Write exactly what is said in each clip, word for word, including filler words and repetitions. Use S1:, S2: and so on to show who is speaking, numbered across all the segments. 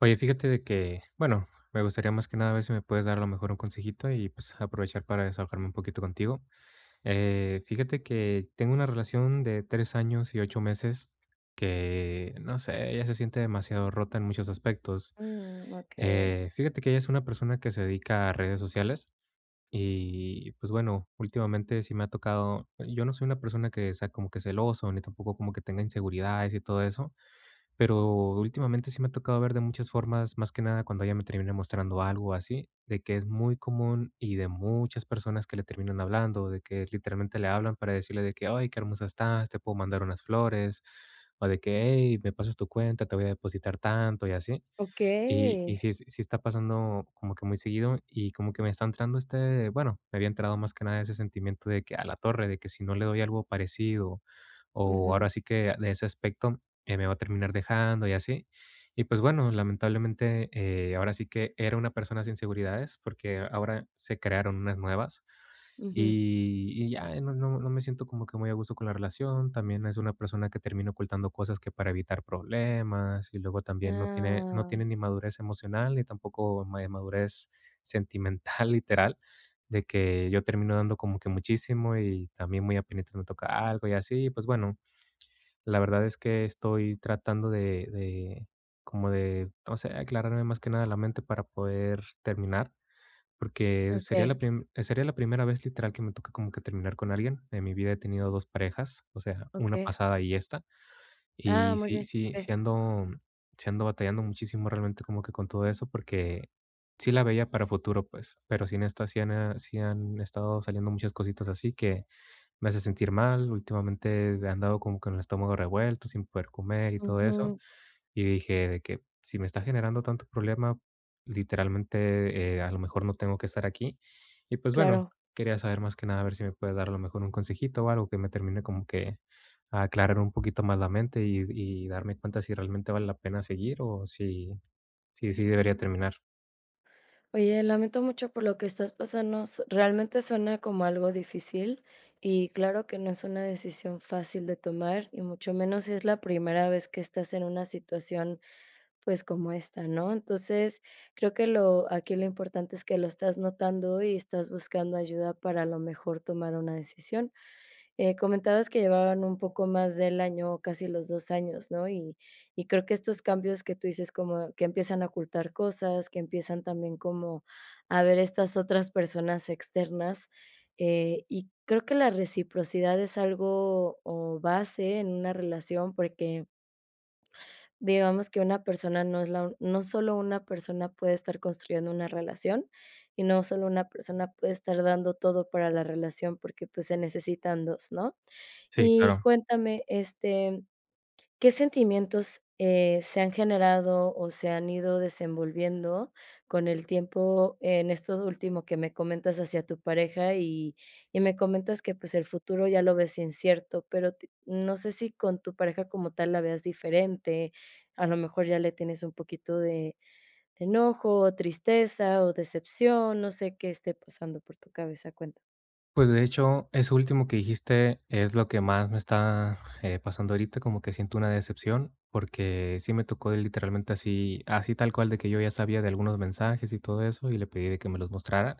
S1: Oye, fíjate de que, bueno, me gustaría más que nada ver si me puedes dar a lo mejor un consejito y pues aprovechar para desahogarme un poquito contigo. Eh, fíjate que tengo una relación de tres años y ocho meses que, no sé, ella se siente demasiado rota en muchos aspectos.
S2: Mm, okay,
S1: Eh, fíjate que ella es una persona que se dedica a redes sociales y pues bueno, últimamente sí me ha tocado. Yo no soy una persona que sea como que celoso ni tampoco como que tenga inseguridades y todo eso. Pero últimamente sí me ha tocado ver de muchas formas, más que nada cuando ella me termina mostrando algo así, de que es muy común y de muchas personas que le terminan hablando, de que literalmente le hablan para decirle de que, ay, qué hermosa estás, te puedo mandar unas flores, o de que, hey, me pasas tu cuenta, te voy a depositar tanto y así. Y y
S2: okay.
S1: sí es- sí está pasando como que muy seguido, y como que me está entrando este, bueno, me había entrado más que nada ese sentimiento de que a la torre, de que si no le doy algo parecido, o
S2: Ujú,
S1: ahora sí que de ese aspecto, eh, me va a terminar dejando y así. Y pues bueno, lamentablemente, eh, ahora sí que era una persona sin seguridades, porque ahora se crearon unas nuevas.
S2: ujú.
S1: Y y ya, eh, no no no me siento como que muy a gusto con la relación. También es una persona que termina ocultando cosas que para evitar problemas, y luego también no tiene no
S2: Ah,
S1: tiene ni madurez emocional, ni tampoco ma madurez sentimental, literal, de que yo termino dando como que muchísimo y también muy apenitas me toca algo y así. Pues bueno, la verdad es que estoy tratando de de como de, no sé, aclararme más que nada la mente para poder terminar. Porque sería la
S2: okay,
S1: prim sería la primera vez literal que me toca como que terminar con alguien. En mi vida he tenido dos parejas, o sea, una
S2: okay.
S1: pasada y esta.
S2: Ah,
S1: Y
S2: muy
S1: sí
S2: bien,
S1: sí
S2: okey.
S1: sí ando sí ando batallando muchísimo realmente como que con todo eso, porque sí la veía para futuro, pues, pero sin esta sí en esta sí han, ah, sí han estado saliendo muchas cositas así que me hace sentir mal. Últimamente he andado como con el estómago revuelto, sin poder comer y todo eso.
S2: Ujú,
S1: Y dije de que si me está generando tanto problema, literalmente, eh, a lo mejor no tengo que estar aquí. Y pues bueno,
S2: claro.
S1: quería saber más que nada a ver si me puedes dar a lo mejor un consejito o algo que me termine como que a aclarar un poquito más la mente y, y darme cuenta si realmente vale la pena seguir o si, si, si debería terminar.
S2: Oye, lamento mucho por lo que estás pasando. s- Realmente suena como algo difícil, y claro que no es una decisión fácil de tomar y mucho menos si es la primera vez que estás en una situación pues como esta, ¿no? Entonces, creo que lo aquí lo importante es que lo estás notando y estás buscando ayuda para a lo mejor tomar una decisión. Eh, comentabas que llevaban un poco más del año, casi los dos años, ¿no? Y y creo que estos cambios que tú dices, como que empiezan a ocultar cosas, que empiezan también como a ver estas otras personas externas, eh, y creo que la reciprocidad es algo o base en una relación, porque digamos que una persona no es la un- no solo una persona puede estar construyendo una relación, y no solo una persona puede estar dando todo para la relación, porque, pues, se necesitan dos, ¿no?
S1: Sí,
S2: Y
S1: claro.
S2: cuéntame, este, ¿qué sentimientos, eh, se han generado o se han ido desenvolviendo con el tiempo en esto último que me comentas hacia tu pareja? Y y me comentas que, pues, el futuro ya lo ves incierto, pero ti no sé si con tu pareja como tal la veas diferente, a lo mejor ya le tienes un poquito de de enojo, o tristeza, o decepción. No sé qué esté pasando por tu cabeza, cuenta.
S1: Pues, de hecho, eso último que dijiste es lo que más me está, eh, pasando ahorita, como que siento una decepción, porque sí me tocó de literalmente así así tal cual de que yo ya sabía de algunos mensajes y todo eso, y le pedí de que me los mostrara,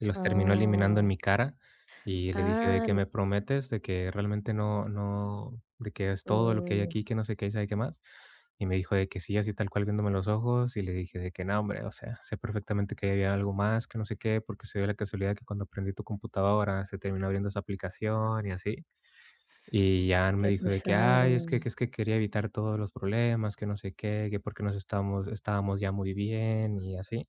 S1: y los terminó eliminando en
S2: Ah,
S1: mi cara, y le dije de
S2: ah,
S1: que:
S2: no.
S1: "¿Me prometes de que realmente no no de que es todo lo que hay
S2: Mm,
S1: aquí, que no sé qué y sabe qué más?". Y me dijo de que sí, así tal cual viéndome los ojos, y le dije de que no, hombre, o sea, sé perfectamente que había algo más, que no sé qué, porque se dio la casualidad que cuando prendí tu computadora se terminó abriendo esa aplicación y así. Y ya me
S2: qué
S1: dijo de que,
S2: pesado.
S1: ay, es que, que es que quería evitar todos los problemas, que no sé qué, que porque nos estábamos, estábamos ya muy bien y así.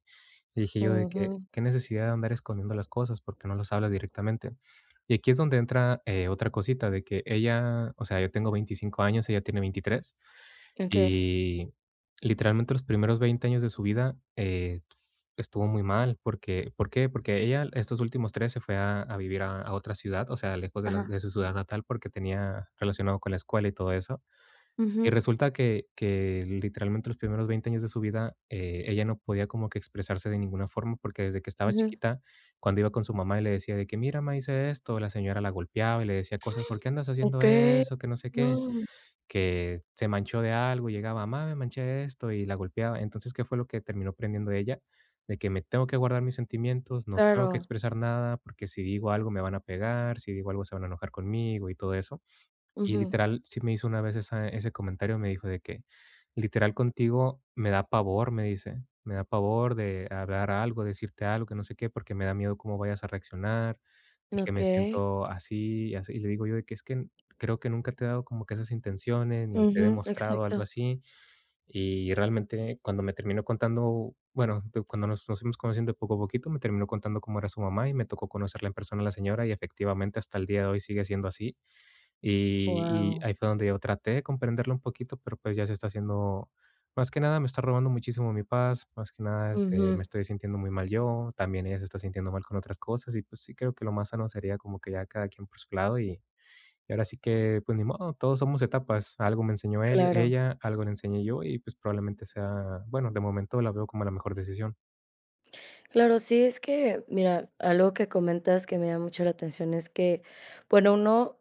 S1: Y dije yo de
S2: Ujú,
S1: que, qué necesidad de andar escondiendo las cosas, porque no las hablas directamente. Y aquí es donde entra, eh, otra cosita de que ella, o sea, yo tengo veinticinco años, ella tiene veintitrés,
S2: okey.
S1: y literalmente los primeros veinte años de su vida, eh, estuvo muy mal, porque, ¿por qué? Porque ella estos últimos tres se fue a a vivir a a otra ciudad, o sea, lejos de la
S2: Ajá.
S1: de su ciudad natal porque tenía relacionado con la escuela y todo eso. Y
S2: Ujú,
S1: resulta que que literalmente los primeros veinte años de su vida, eh, ella no podía como que expresarse de ninguna forma, porque desde que estaba
S2: ujú.
S1: chiquita, cuando iba con su mamá y le decía de que: "Mira, ma, hice esto", la señora la golpeaba y le decía cosas: "¿Por qué andas haciendo
S2: Okey.
S1: eso?", que no sé qué,
S2: No,
S1: que se manchó de algo, llegaba: mamá me manché de esto", y la golpeaba. Entonces, ¿qué fue lo que terminó aprendiendo ella? De que me tengo que guardar mis sentimientos, no tengo que
S2: claro.
S1: expresar nada, porque si digo algo me van a pegar, si digo algo se van a enojar conmigo y todo eso. Y
S2: Ujú.
S1: literal, sí me hizo una vez esa ese comentario, me dijo de que: "Literal contigo me da pavor", me dice, "me da pavor de hablar algo, decirte algo, que no sé qué, porque me da miedo cómo vayas a reaccionar, de que me
S2: Okey.
S1: siento así y así". Y le digo yo de que: "Es que creo que nunca te he dado como que esas intenciones, ni te he
S2: Ujú,
S1: demostrado algo
S2: exacto.
S1: así". Y realmente cuando me terminó contando, bueno, de cuando nos nos fuimos conociendo de poco a poquito, me terminó contando cómo era su mamá y me tocó conocerla en persona a la señora y efectivamente hasta el día de hoy sigue siendo así. Y y
S2: Guau.
S1: ahí fue donde yo traté de comprenderlo un poquito, pero, pues, ya se está haciendo, más que nada me está robando muchísimo mi paz, más que nada, este, me
S2: Ujú,
S1: estoy sintiendo muy mal yo, también ella se está sintiendo mal con otras cosas y, pues, sí creo que lo más sano sería como que ya cada quien por su lado y y ahora sí que, pues, ni modo, todos somos etapas, algo me enseñó él
S2: claro.
S1: ella, algo le enseñé yo y, pues, probablemente sea, bueno, de momento la veo como la mejor decisión.
S2: Claro, sí, es que, mira, algo que comentas que me llama mucho la atención es que, bueno, uno,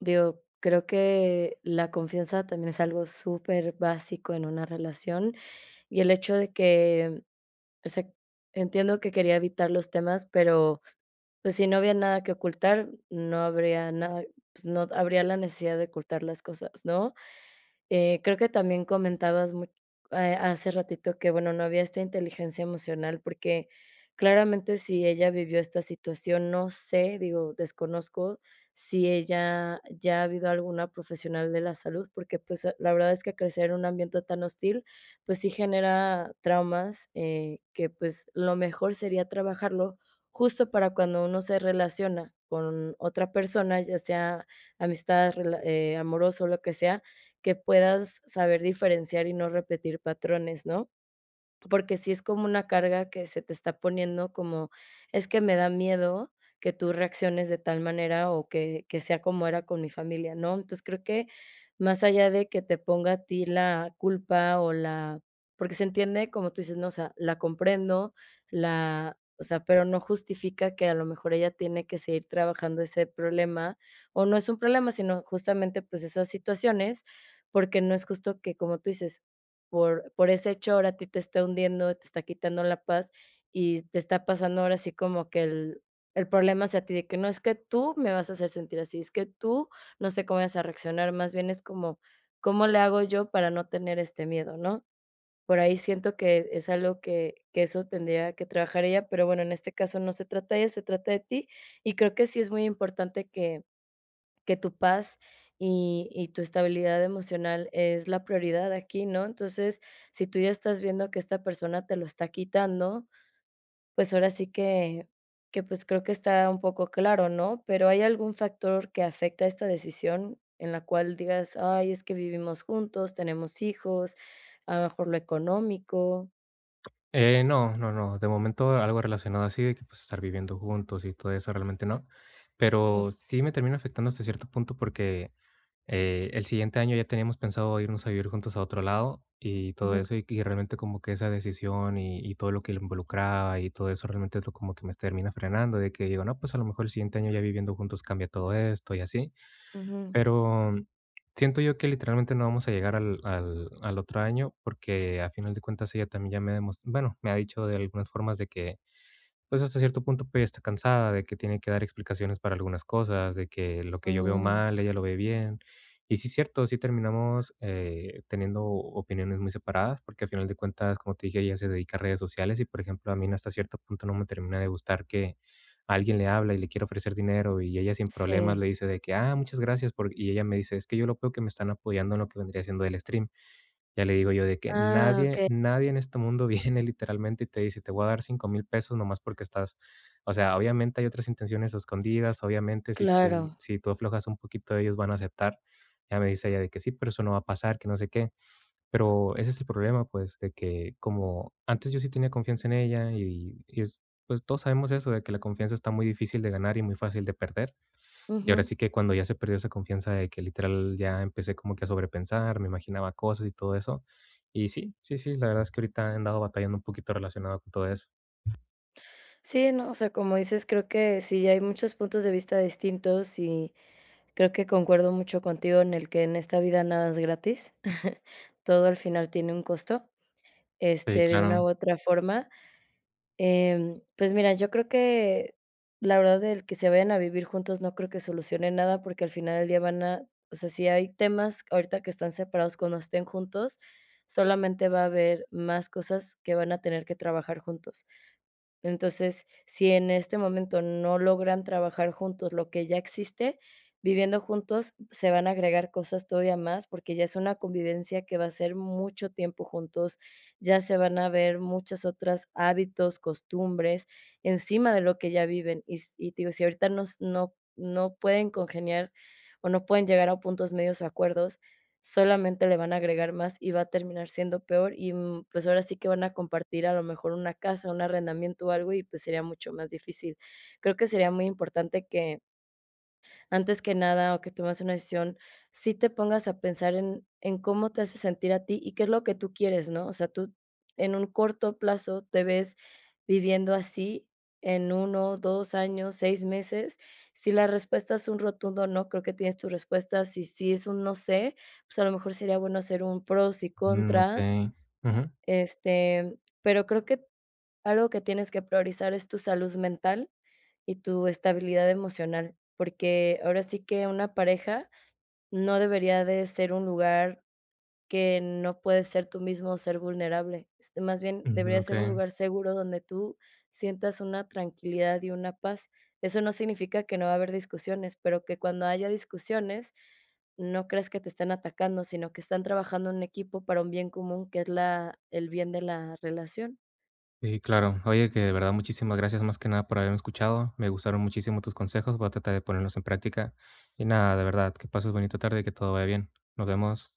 S2: digo, creo que la confianza también es algo superbásico en una relación. Y el hecho de que O sea, entiendo que quería evitar los temas, pero, pues, si no había nada que ocultar, no habría nada, pues, no habría la necesidad de ocultar las cosas, ¿no? Eh, creo que también comentabas mu eh, hace ratito que, bueno, no había esta inteligencia emocional, porque claramente si ella vivió esta situación, no sé, digo, desconozco si ella ya ha habido alguna profesional de la salud, porque, pues, eh, la verdad es que crecer en un ambiente tan hostil pues sí genera traumas, eh, que, pues, lo mejor sería trabajarlo justo para cuando uno se relaciona con otra persona, ya sea amistad, rela eh, amoroso, lo que sea, que puedas saber diferenciar y no repetir patrones, ¿no? Porque sí es como una carga que se te está poniendo como, es que me da miedo que tú reacciones de tal manera o que que sea como era con mi familia, ¿no? Entonces, creo que más allá de que te ponga a ti la culpa o la porque se entiende, como tú dices, ¿no? O sea, la comprendo, la o sea, pero no justifica que a lo mejor ella tiene que seguir trabajando ese problema, o no es un problema, sino justamente, pues, esas situaciones, porque no es justo que, como tú dices, por por ese hecho, ahora a ti te está hundiendo, te está quitando la paz y te está pasando ahora sí como que el el problema hacia ti de que no es que tú me vas a hacer sentir así, es que tú no sé cómo vas a reaccionar, más bien es como, ¿cómo le hago yo para no tener este miedo?, ¿no? Por ahí siento que es algo que que eso tendría que trabajar ella, pero bueno, en este caso no se trata de ella, se trata de ti, y creo que sí es muy importante que que tu paz y y tu estabilidad emocional es la prioridad aquí, ¿no? Entonces, si tú ya estás viendo que esta persona te lo está quitando, pues ahora sí que que, pues, creo que está un poco claro, ¿no? Pero, ¿hay algún factor que afecta esta decisión en la cual digas: "Ay, es que vivimos juntos, tenemos hijos, a lo mejor lo económico"?
S1: Eh, no, no, no. De momento algo relacionado así de que pues estar viviendo juntos y todo eso realmente no.
S2: Mm,
S1: Pero sí me termina afectando hasta cierto punto porque eh, el siguiente año ya teníamos pensado irnos a vivir juntos a otro lado y todo
S2: ujú,
S1: eso y, y realmente como que esa decisión y, y todo lo que lo involucraba y todo eso realmente es lo como que me termina frenando de que digo, no, pues a lo mejor el siguiente año ya viviendo juntos cambia todo esto y así.
S2: ujú,
S1: Pero siento yo que literalmente no vamos a llegar al al al otro año, porque a final de cuentas ella también ya me demostró, bueno, me ha dicho de algunas formas de que pues hasta cierto punto, pues, está cansada de que tiene que dar explicaciones para algunas cosas, de que lo que yo veo
S2: mm,
S1: mal, ella lo ve bien. Y sí, es cierto, sí terminamos eh, teniendo opiniones muy separadas, porque al final de cuentas, como te dije, ella se dedica a redes sociales y, por ejemplo, a mí hasta cierto punto no me termina de gustar que a alguien le habla y le quiere ofrecer dinero y ella sin problemas
S2: sí.
S1: le dice de que, ah, muchas gracias, por... Y ella me dice, es que yo lo veo que me están apoyando en lo que vendría siendo el stream. Ya le digo yo de que
S2: Ah,
S1: nadie,
S2: okey,
S1: nadie en este mundo viene literalmente y te dice: "Te voy a dar cinco mil pesos nomás porque estás". O sea, obviamente hay otras intenciones escondidas, obviamente si tú
S2: claro.
S1: si tú aflojas un poquito, ellos van a aceptar. Ya me dice ella de que: "Sí, pero eso no va a pasar, que no sé qué". Pero ese es el problema, pues, de que como antes yo sí tenía confianza en ella y y es pues, todos sabemos eso de que la confianza está muy difícil de ganar y muy fácil de perder. Y ahora sí que cuando ya se perdió esa confianza de que literal ya empecé como que a sobrepensar, me imaginaba cosas y todo eso. Y sí, sí, sí, la verdad es que ahorita he andado batallando un poquito relacionado con todo eso.
S2: Sí, no, o sea, como dices, creo que sí hay muchos puntos de vista distintos, y creo que concuerdo mucho contigo en el que en esta vida nada es gratis. Todo al final tiene un costo,
S1: Sí,
S2: este, de una
S1: claro.
S2: u otra forma. Em, pues mira, yo creo que, la verdad, el que se vayan a vivir juntos no creo que solucione nada, porque al final del día van a, o sea, si hay temas ahorita que están separados, cuando estén juntos solamente va a haber más cosas que van a tener que trabajar juntos. Entonces, si en este momento no logran trabajar juntos lo que ya existe, viviendo juntos se van a agregar cosas todavía más, porque ya es una convivencia que va a ser mucho tiempo juntos, ya se van a ver muchas otras hábitos, costumbres, encima de lo que ya viven. Y s y te digo, si ahorita nos no no pueden congeniar o no pueden llegar a puntos medios o acuerdos, solamente le van a agregar más y va a terminar siendo peor y, mm, pues, ahora sí que van a compartir a lo mejor una casa, un arrendamiento o algo y, pues, sería mucho más difícil. Creo que sería muy importante que, antes que nada, o que tomes una decisión, sí te pongas a pensar en en cómo te hace sentir a ti y qué es lo que tú quieres, ¿no? O sea, tú en un corto plazo te ves viviendo así, en uno, dos años, seis meses. Si la respuesta es un rotundo no, creo que tienes tu respuesta. Si sí es un no sé, pues, a lo mejor sería bueno hacer un pros y
S1: Mm,
S2: contras,
S1: okey. Ujú,
S2: este, pero creo que algo que tienes que priorizar es tu salud mental y tu estabilidad emocional, porque ahora sí que una pareja no debería de ser un lugar que no puedes ser tú mismo, o ser vulnerable. Este, más bien,
S1: ujú,
S2: debería ser
S1: okey.
S2: un lugar seguro donde tú sientas una tranquilidad y una paz. Eso no significa que no va a haber discusiones, pero que cuando haya discusiones no creas que te están atacando, sino que están trabajando en equipo para un bien común, que es la el bien de la relación.
S1: Sí, claro. Oye, que de verdad muchísimas gracias más que nada por haberme escuchado. Me gustaron muchísimo tus consejos, voy a tratar de ponerlos en práctica. Y nada, de verdad, que pases bonita tarde y que todo vaya bien. Nos vemos.